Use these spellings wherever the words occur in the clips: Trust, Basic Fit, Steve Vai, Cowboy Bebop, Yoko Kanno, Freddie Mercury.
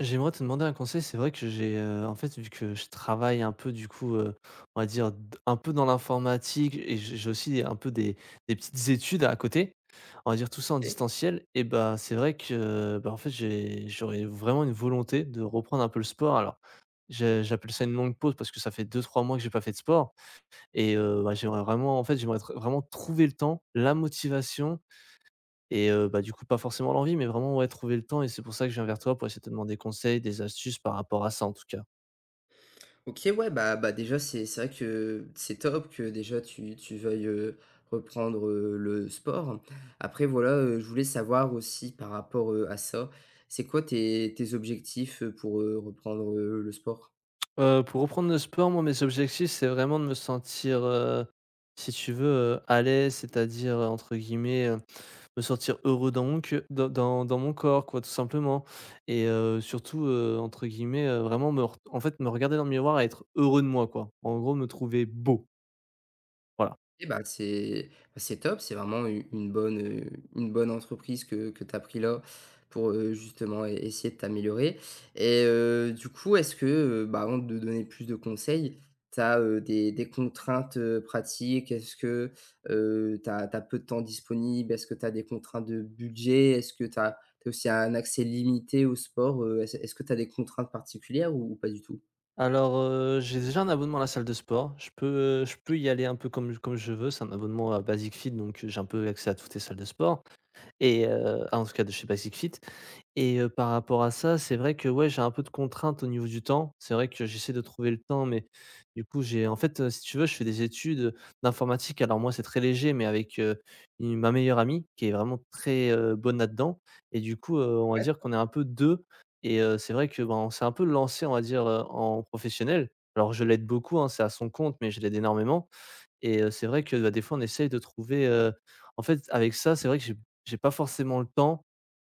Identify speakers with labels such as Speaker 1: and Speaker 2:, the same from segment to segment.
Speaker 1: J'aimerais te demander un conseil. C'est vrai que vu que je travaille un peu on va dire d un peu dans l'informatique et j'ai aussi un peu des petites études à côté. On va dire tout ça en
Speaker 2: OK.
Speaker 1: distanciel et c'est vrai que, j'aurais vraiment une volonté de reprendre un peu le sport. Alors je j'appelle ça une longue pause parce que ça fait 2 3 mois que j'ai pas fait de sport et j'aimerais vraiment j'aimerais tr vraiment trouver le temps, la motivation et pas forcément l'envie, mais vraiment, ouais, trouver le temps et c'est pour ça que je viens vers toi pour essayer de te demander des conseils, des astuces par rapport à ça, en tout cas.
Speaker 2: OK, ouais, bah, déjà, c'est vrai que c'est top que déjà tu veuilles, reprendre, le sport. Après voilà, je voulais savoir aussi par rapport, à ça, c'est quoi tes objectifs, pour, reprendre, le sport?
Speaker 1: Pour reprendre le sport, moi, mes objectifs, c'est vraiment de me sentir, si tu veux, à l'aise, c'est-à-dire, entre guillemets, me sentir heureux dans mon corps quoi, tout simplement et surtout, entre guillemets, vraiment me ret en fait, me regarder dans le miroir et être heureux de moi quoi. En gros, me trouver beau, voilà.
Speaker 2: Et bah, c'est top, c'est vraiment u une bonne entreprise que tu as pris là pour, justement e essayer de t'améliorer et du coup, est-ce que, bah, avant de donner plus de conseils, tu as, des contraintes, pratiques? Est-ce que, tu as peu de temps disponible? Est-ce que tu as des contraintes de budget? Est-ce que tu as aussi un accès limité au sport? Est-ce que tu as des contraintes particulières ou pas du tout?
Speaker 1: Alors, j'ai déjà un abonnement à la salle de sport. Je peux y aller un peu comme je veux. C'est un abonnement à Basic Fit, donc j'ai un peu accès à toutes les salles de sport et en tout cas de chez Basic Fit. Et par rapport à ça, c'est vrai que, ouais, j'ai un peu de contraintes au niveau du temps. C'est vrai que j'essaie de trouver le temps, mais du coup, j'ai en fait, si tu veux, je fais des études d'informatique. Alors moi, c'est très léger, mais avec, une ma meilleure amie qui est vraiment très, bonne là-dedans, et du coup, on va
Speaker 2: Ouais.
Speaker 1: dire qu'on est un peu 2. Et c'est vrai que, ben, on s'est un peu lancé, on va dire, en professionnel. Alors je l'aide beaucoup, hein, c'est à son compte, mais je l'aide énormément. Et c'est vrai que, bah, des fois, on essaye de trouver, en fait, avec ça, c'est vrai que j'ai pas forcément le temps,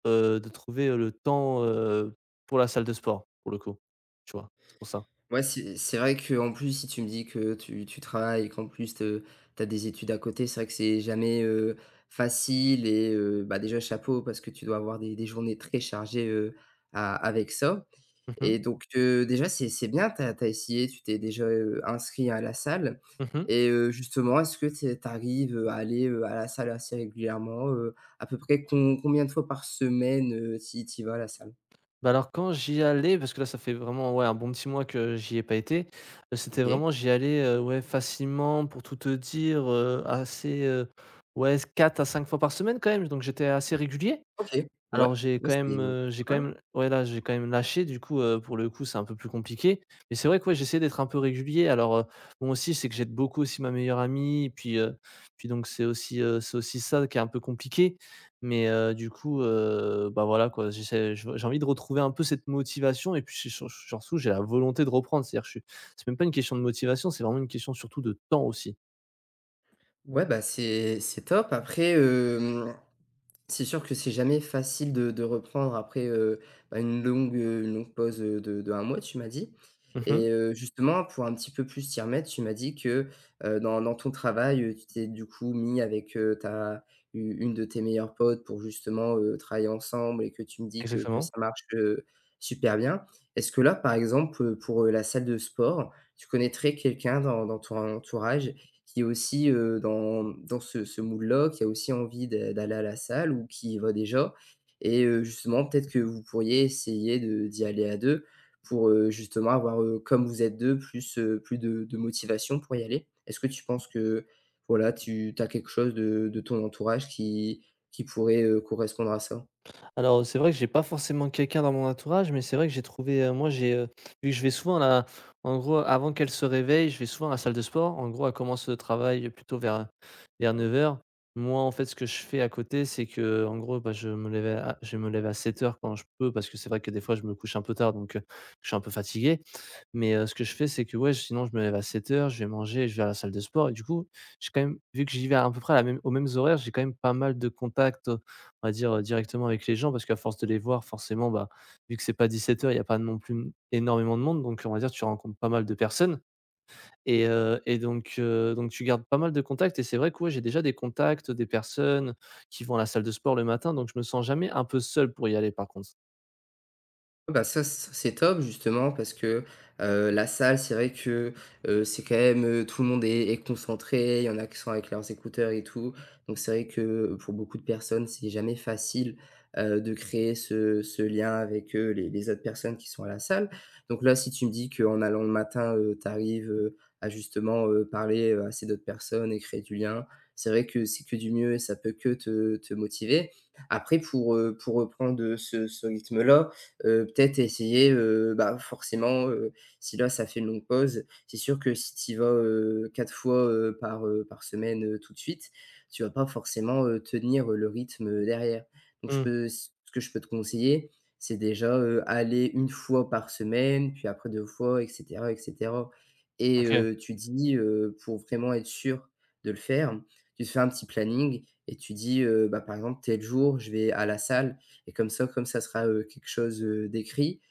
Speaker 1: De trouver, le temps, pour la salle de sport, pour le coup, tu vois? C'est pour ça.
Speaker 2: Ouais, c'est vrai qu'en plus, si tu me dis que tu travailles et qu'en plus te tu as des études à côté, c'est vrai que c'est jamais, facile et bah, déjà chapeau parce que tu dois avoir des journées très chargées, a avec ça
Speaker 1: Mmh mh.
Speaker 2: et donc déjà c'est bien, tu as essayé, tu t'es déjà, inscrit à la salle
Speaker 1: Mmh.
Speaker 2: et justement, est-ce que tu arrives, à aller, à la salle assez régulièrement, à peu près combien de fois par semaine, tu y vas à la salle?
Speaker 1: Bah, alors quand j'y allais, parce que là ça fait vraiment, ouais, un bon petit mois que j'y ai pas été, c'était vraiment
Speaker 2: OK,
Speaker 1: j'y allais, ouais, facilement pour tout te dire, assez, ouais, 4 à 5 fois par semaine quand même, donc j'étais assez régulier.
Speaker 2: OK, ouais,
Speaker 1: Alors
Speaker 2: ouais, c'est c'est
Speaker 1: j'ai quand
Speaker 2: pas mal.
Speaker 1: même, ouais, là, j'ai quand même lâché, du coup, pour le coup, c'est un peu plus compliqué. Mais c'est vrai que ouais, j'essaie d'être un peu régulier. Alors, bon aussi, c'est que j'aide beaucoup aussi ma meilleure amie et puis, donc c'est aussi ça qui est un peu compliqué. Mais, voilà quoi, j'essaie je j'ai envie de retrouver un peu cette motivation et puis c'est sur surtout j'ai la volonté de reprendre. C'est-à-dire que je suis c'est même pas une question de motivation, c'est vraiment une question surtout de temps aussi.
Speaker 2: Ouais, bah, c'est top. Après, c'est sûr que c'est jamais facile de reprendre après, bah, une longue pause, de un mois, tu m'as dit
Speaker 1: Mmh.
Speaker 2: et justement pour un petit peu plus t'y remettre, tu m'as dit que, dans ton travail, tu t'es du coup mis avec, ta u une de tes meilleures potes pour justement, travailler ensemble et que tu me dis que
Speaker 1: Exactement.
Speaker 2: ça marche, super bien. Est-ce que là, par exemple, pour, la salle de sport, tu connaîtrais quelqu'un dans ton entourage qui est aussi, dans ce mood-là, qui a aussi envie d'aller à la salle ou qui y va déjà et justement, peut-être que vous pourriez essayer de d'y aller à 2 pour, justement avoir, comme vous êtes 2 plus, plus de motivation pour y aller. Est-ce que tu penses que, voilà, tu as quelque chose de ton entourage qui pourrait, correspondre à ça?
Speaker 1: Alors, c'est vrai que j'ai pas forcément quelqu'un dans mon entourage, mais c'est vrai que j'ai trouvé, moi j'ai, vu que je vais souvent là, en gros, avant qu'elle se réveille, je vais souvent à la salle de sport. En gros, elle commence le travail plutôt vers 9 heures. Moi, en fait, ce que je fais à côté, c'est que, en gros, bah, je me lève à 7 heures quand je peux, parce que c'est vrai que des fois, je me couche un peu tard, donc je suis un peu fatigué. Mais ce que je fais, c'est que ouais, sinon je me lève à 7 heures, je vais à la salle de sport et du coup, j'ai quand même vu que j'y vais à peu près à la même aux mêmes horaires, j'ai quand même pas mal de contacts, on va dire, directement avec les gens parce qu'à force de les voir forcément, bah, vu que c'est pas 17:00, il y a pas non plus m énormément de monde, donc on va dire tu rencontres pas mal de personnes et donc tu gardes pas mal de contacts et c'est vrai que ouais, j'ai déjà des contacts, des personnes qui vont à la salle de sport le matin, donc je me sens jamais un peu seul pour y aller par contre.
Speaker 2: Bah, ça, c'est top justement parce que, la salle, c'est vrai que, c'est quand même, tout le monde est est concentré, il y en a qui sont avec leurs écouteurs et tout. Donc c'est vrai que, pour beaucoup de personnes, c'est jamais facile, de créer ce lien avec, les autres personnes qui sont à la salle. Donc là, si tu me dis qu'en allant le matin, tu arrives, à justement, parler, à ces autres personnes et créer du lien, c'est vrai que c'est que du mieux et ça peut que te motiver. Après pour reprendre, ce rythme-là, peut-être essayer, bah, forcément, si là, ça fait une longue pause, c'est sûr que si tu y vas, 4 fois, par, par semaine, tout de suite, tu vas pas forcément, tenir, le rythme, derrière. Donc je
Speaker 1: Mmh,
Speaker 2: peux ce que je peux te conseiller, c'est déjà, aller une fois par semaine, puis après 2 fois et cetera et cetera et
Speaker 1: OK.
Speaker 2: tu dis, pour vraiment être sûr de le faire, tu te fais un petit planning et tu dis, bah, par exemple: «Tel jour, je vais à la salle». Et comme ça sera quelque chose d'écrit,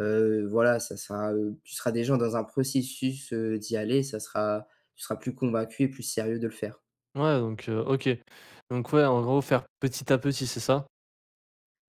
Speaker 2: voilà, ça sera, tu seras déjà dans un processus, d'y aller, ça sera tu seras plus convaincu et plus sérieux de le faire.
Speaker 1: Ouais donc OK. Donc ouais, en gros faire petit à petit, c'est ça?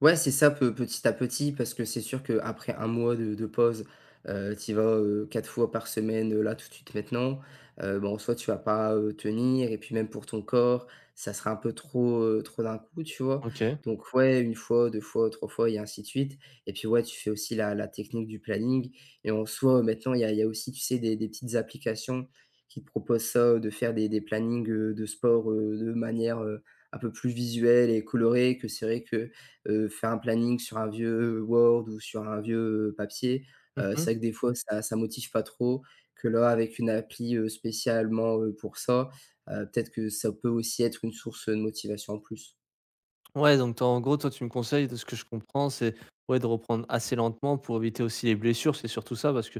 Speaker 2: Ouais, c'est ça, pe petit à petit, parce que c'est sûr qu'après un mois de pause, tu vas, 4 fois par semaine, là, tout de suite, maintenant, bah, en tu vas pas, tenir et puis même pour ton corps, ça sera un peu trop, trop d'un coup, tu vois?
Speaker 1: OK.
Speaker 2: Donc ouais, une fois, 2 fois, 3 fois et ainsi de suite et puis ouais, tu fais aussi la technique du planning et en soi, maintenant, il y a aussi, tu sais, des petites applications qui te proposent ça, de faire des plannings, de sport, de manière, un peu plus visuelle et colorée que c'est vrai que faire un planning sur un vieux Word ou sur un vieux, papier,
Speaker 1: Mmh.
Speaker 2: c'est vrai que des fois ça motive pas trop, que là avec une appli, spécialement, pour ça, peut-être que ça peut aussi être une source, de motivation en plus.
Speaker 1: Ouais donc toi, en gros, toi, tu me conseilles, de ce que je comprends, c'est ouais de reprendre assez lentement pour éviter aussi les blessures, c'est surtout ça parce que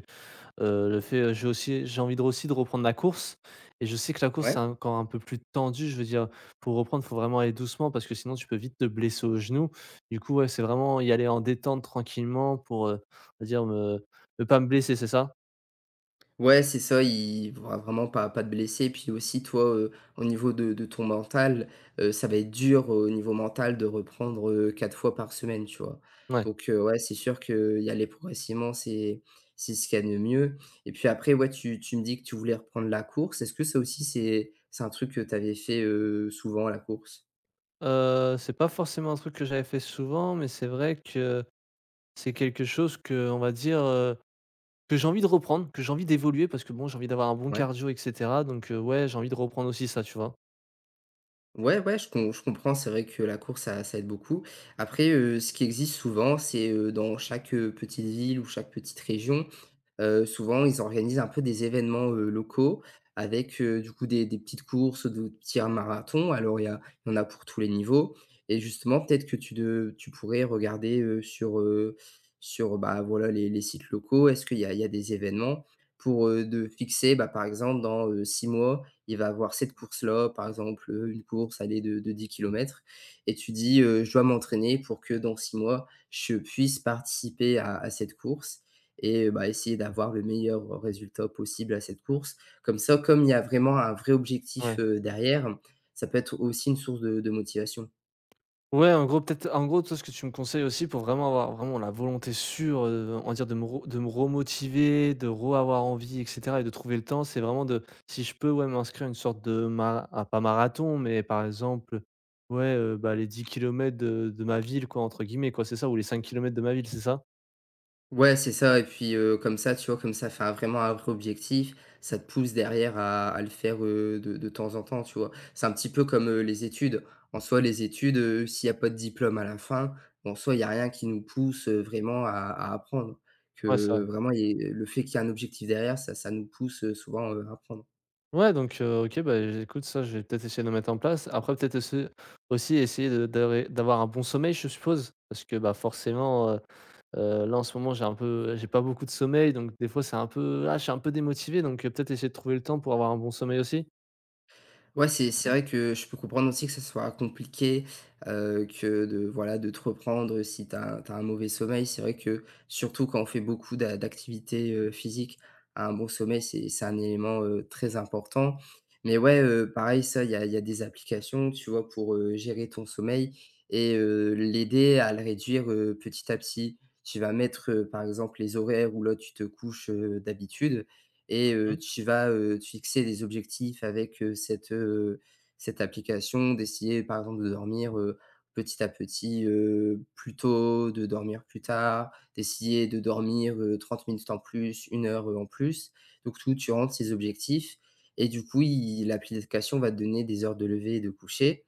Speaker 1: J'ai aussi j'ai envie de aussi de reprendre la course et je sais que la course,
Speaker 2: Ouais.
Speaker 1: c'est encore un peu plus tendu. Je veux dire, pour reprendre, faut vraiment aller doucement parce que sinon tu peux vite te blesser au genou. Du coup, ouais, c'est vraiment y aller en détente tranquillement pour, on va dire me ne pas me blesser, c'est ça?
Speaker 2: Ouais, c'est ça, il vraiment pas te blesser, puis aussi toi, au niveau de ton mental, ça va être dur au niveau mental de reprendre, 4 fois par semaine, tu vois?
Speaker 1: Ouais.
Speaker 2: Donc ouais, c'est sûr que qu'y aller progressivement, c'est ce qu'il y a de mieux et puis après, ouais, tu me dis que tu voulais reprendre la course. Est-ce que ça aussi, c'est un truc que tu avais fait, souvent, la course?
Speaker 1: C'est pas forcément un truc que j'avais fait souvent, mais c'est vrai que c'est quelque chose que, on va dire, que j'ai envie de reprendre, que j'ai envie d'évoluer parce que bon, j'ai envie d'avoir un bon
Speaker 2: Ouais.
Speaker 1: cardio et cetera, donc ouais, j'ai envie de reprendre aussi ça, tu vois?
Speaker 2: Ouais, ouais, je comprends, c'est vrai que la course, ça aide beaucoup. Après, ce qui existe souvent, c'est, dans chaque, petite ville ou chaque petite région, souvent, ils organisent un peu des événements, locaux avec, du coup, des petites courses, de petits marathons. Alors il y en a pour tous les niveaux et justement, peut-être que tu pourrais regarder, sur, sur, bah, voilà, les sites locaux. Est-ce qu'il y a des événements pour, de fixer, bah, par exemple, dans, 6 mois, il va avoir cette course-là, par exemple, une course, allez, de 10 kilomètres et tu dis, «Je dois m'entraîner pour que dans 6 mois, je puisse participer à cette course» et bah, essayer d'avoir le meilleur résultat possible à cette course. Comme ça, comme il y a vraiment un vrai
Speaker 1: Ouais.
Speaker 2: objectif, derrière, ça peut être aussi une source de motivation.
Speaker 1: Ouais, en gros, toi, ce que tu me conseilles aussi pour vraiment avoir vraiment la volonté sûre, on va dire de me remotiver, de re-avoir envie et cetera et de trouver le temps, c'est vraiment de, si je peux, ouais, m'inscrire à une sorte de pas marathon, mais par exemple, ouais, les 10 kilomètres de ma ville quoi, entre guillemets quoi, c'est ça? Ou les 5 kilomètres de ma ville, c'est ça?
Speaker 2: Ouais, c'est ça et puis, comme ça, tu vois, comme ça fait un vraiment un vrai objectif, ça te pousse derrière à le faire, de temps en temps, tu vois? C'est un petit peu comme, les études. En soi, les études, s'il y a pas de diplôme à la fin, en soi, il y a rien qui nous pousse, vraiment à apprendre.
Speaker 1: Ouais, c'est vrai.
Speaker 2: Que vraiment, il y ait le fait qu'il y ait un objectif derrière, ça nous pousse, souvent, à apprendre.
Speaker 1: Ouais, donc OK, bah, écoute, ça, je vais peut-être essayer de le mettre en place. Après peut-être esse aussi essayer de d'avoir un bon sommeil, je suppose? Parce que, bah, forcément, là en ce moment j'ai un peu j'ai pas beaucoup de sommeil, donc des fois c'est un peu je suis un peu démotivé, donc peut-être essayer de trouver le temps pour avoir un bon sommeil aussi.
Speaker 2: Ouais, c'est vrai que je peux comprendre aussi que ça soit compliqué, que de voilà, de te reprendre si tu as un mauvais sommeil. C'est vrai que surtout quand on fait beaucoup d'activités, physiques, un bon sommeil, c'est un élément, très important. Mais ouais, pareil, ça, il y a des applications, tu vois, pour, gérer ton sommeil et l'aider à le réduire, petit à petit. Tu vas mettre, par exemple les horaires où là tu te couches, d'habitude et
Speaker 1: Mmh mh.
Speaker 2: tu vas, te fixer des objectifs avec, cette, cette application, d'essayer par exemple de dormir, petit à petit, plus tôt, de dormir plus tard, d'essayer de dormir, 30 minutes en plus, une heure, en plus. Donc tout, tu rentres ces objectifs et du coup, i l'application va te donner des heures de lever et de coucher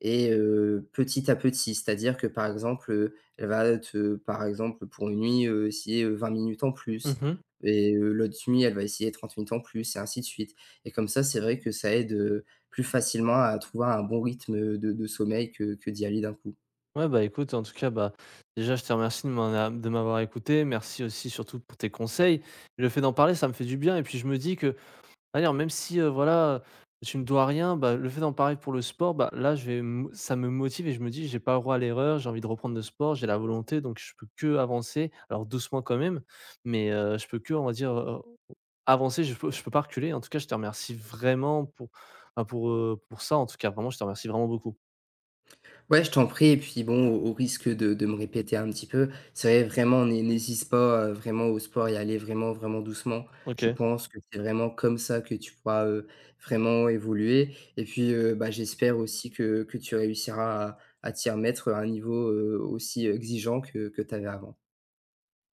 Speaker 2: et petit à petit, c'est-à-dire que, par exemple, elle va te par exemple, pour une nuit, essayer, 20 minutes en plus
Speaker 1: Mmh.
Speaker 2: et l'autre nuit, elle va essayer 30 minutes en plus et ainsi de suite et comme ça, c'est vrai que ça aide, plus facilement à trouver un bon rythme, de sommeil que d'y aller d'un coup.
Speaker 1: Ouais, bah, écoute en tout cas, bah, déjà je te remercie de m'avoir écouté. Merci aussi surtout pour tes conseils. Le fait d'en parler, ça me fait du bien et puis je me dis que, d'ailleurs, même si, voilà, tu me dois rien, bah, le fait d'en parler pour le sport, bah, là je vais me ça me motive et je me dis: «J'ai pas le droit à l'erreur, j'ai envie de reprendre le sport, j'ai la volonté, donc je peux que avancer Alors doucement quand même, mais je peux que, on va dire, avancer, je peux pas reculer. En tout cas, je te remercie vraiment pour, bah, pour ça. En tout cas, vraiment, je te remercie vraiment beaucoup.
Speaker 2: Ouais, je t'en prie et puis bon, au au risque de me répéter un petit peu, c'est vrai vraiment n'hésite pas, vraiment au sport et aller vraiment, vraiment doucement. Je
Speaker 1: OK.
Speaker 2: pense que c'est vraiment comme ça que tu pourras, vraiment évoluer et puis, bah, j'espère aussi que tu réussiras à t'y remettre à un niveau, aussi exigeant que tu avais avant.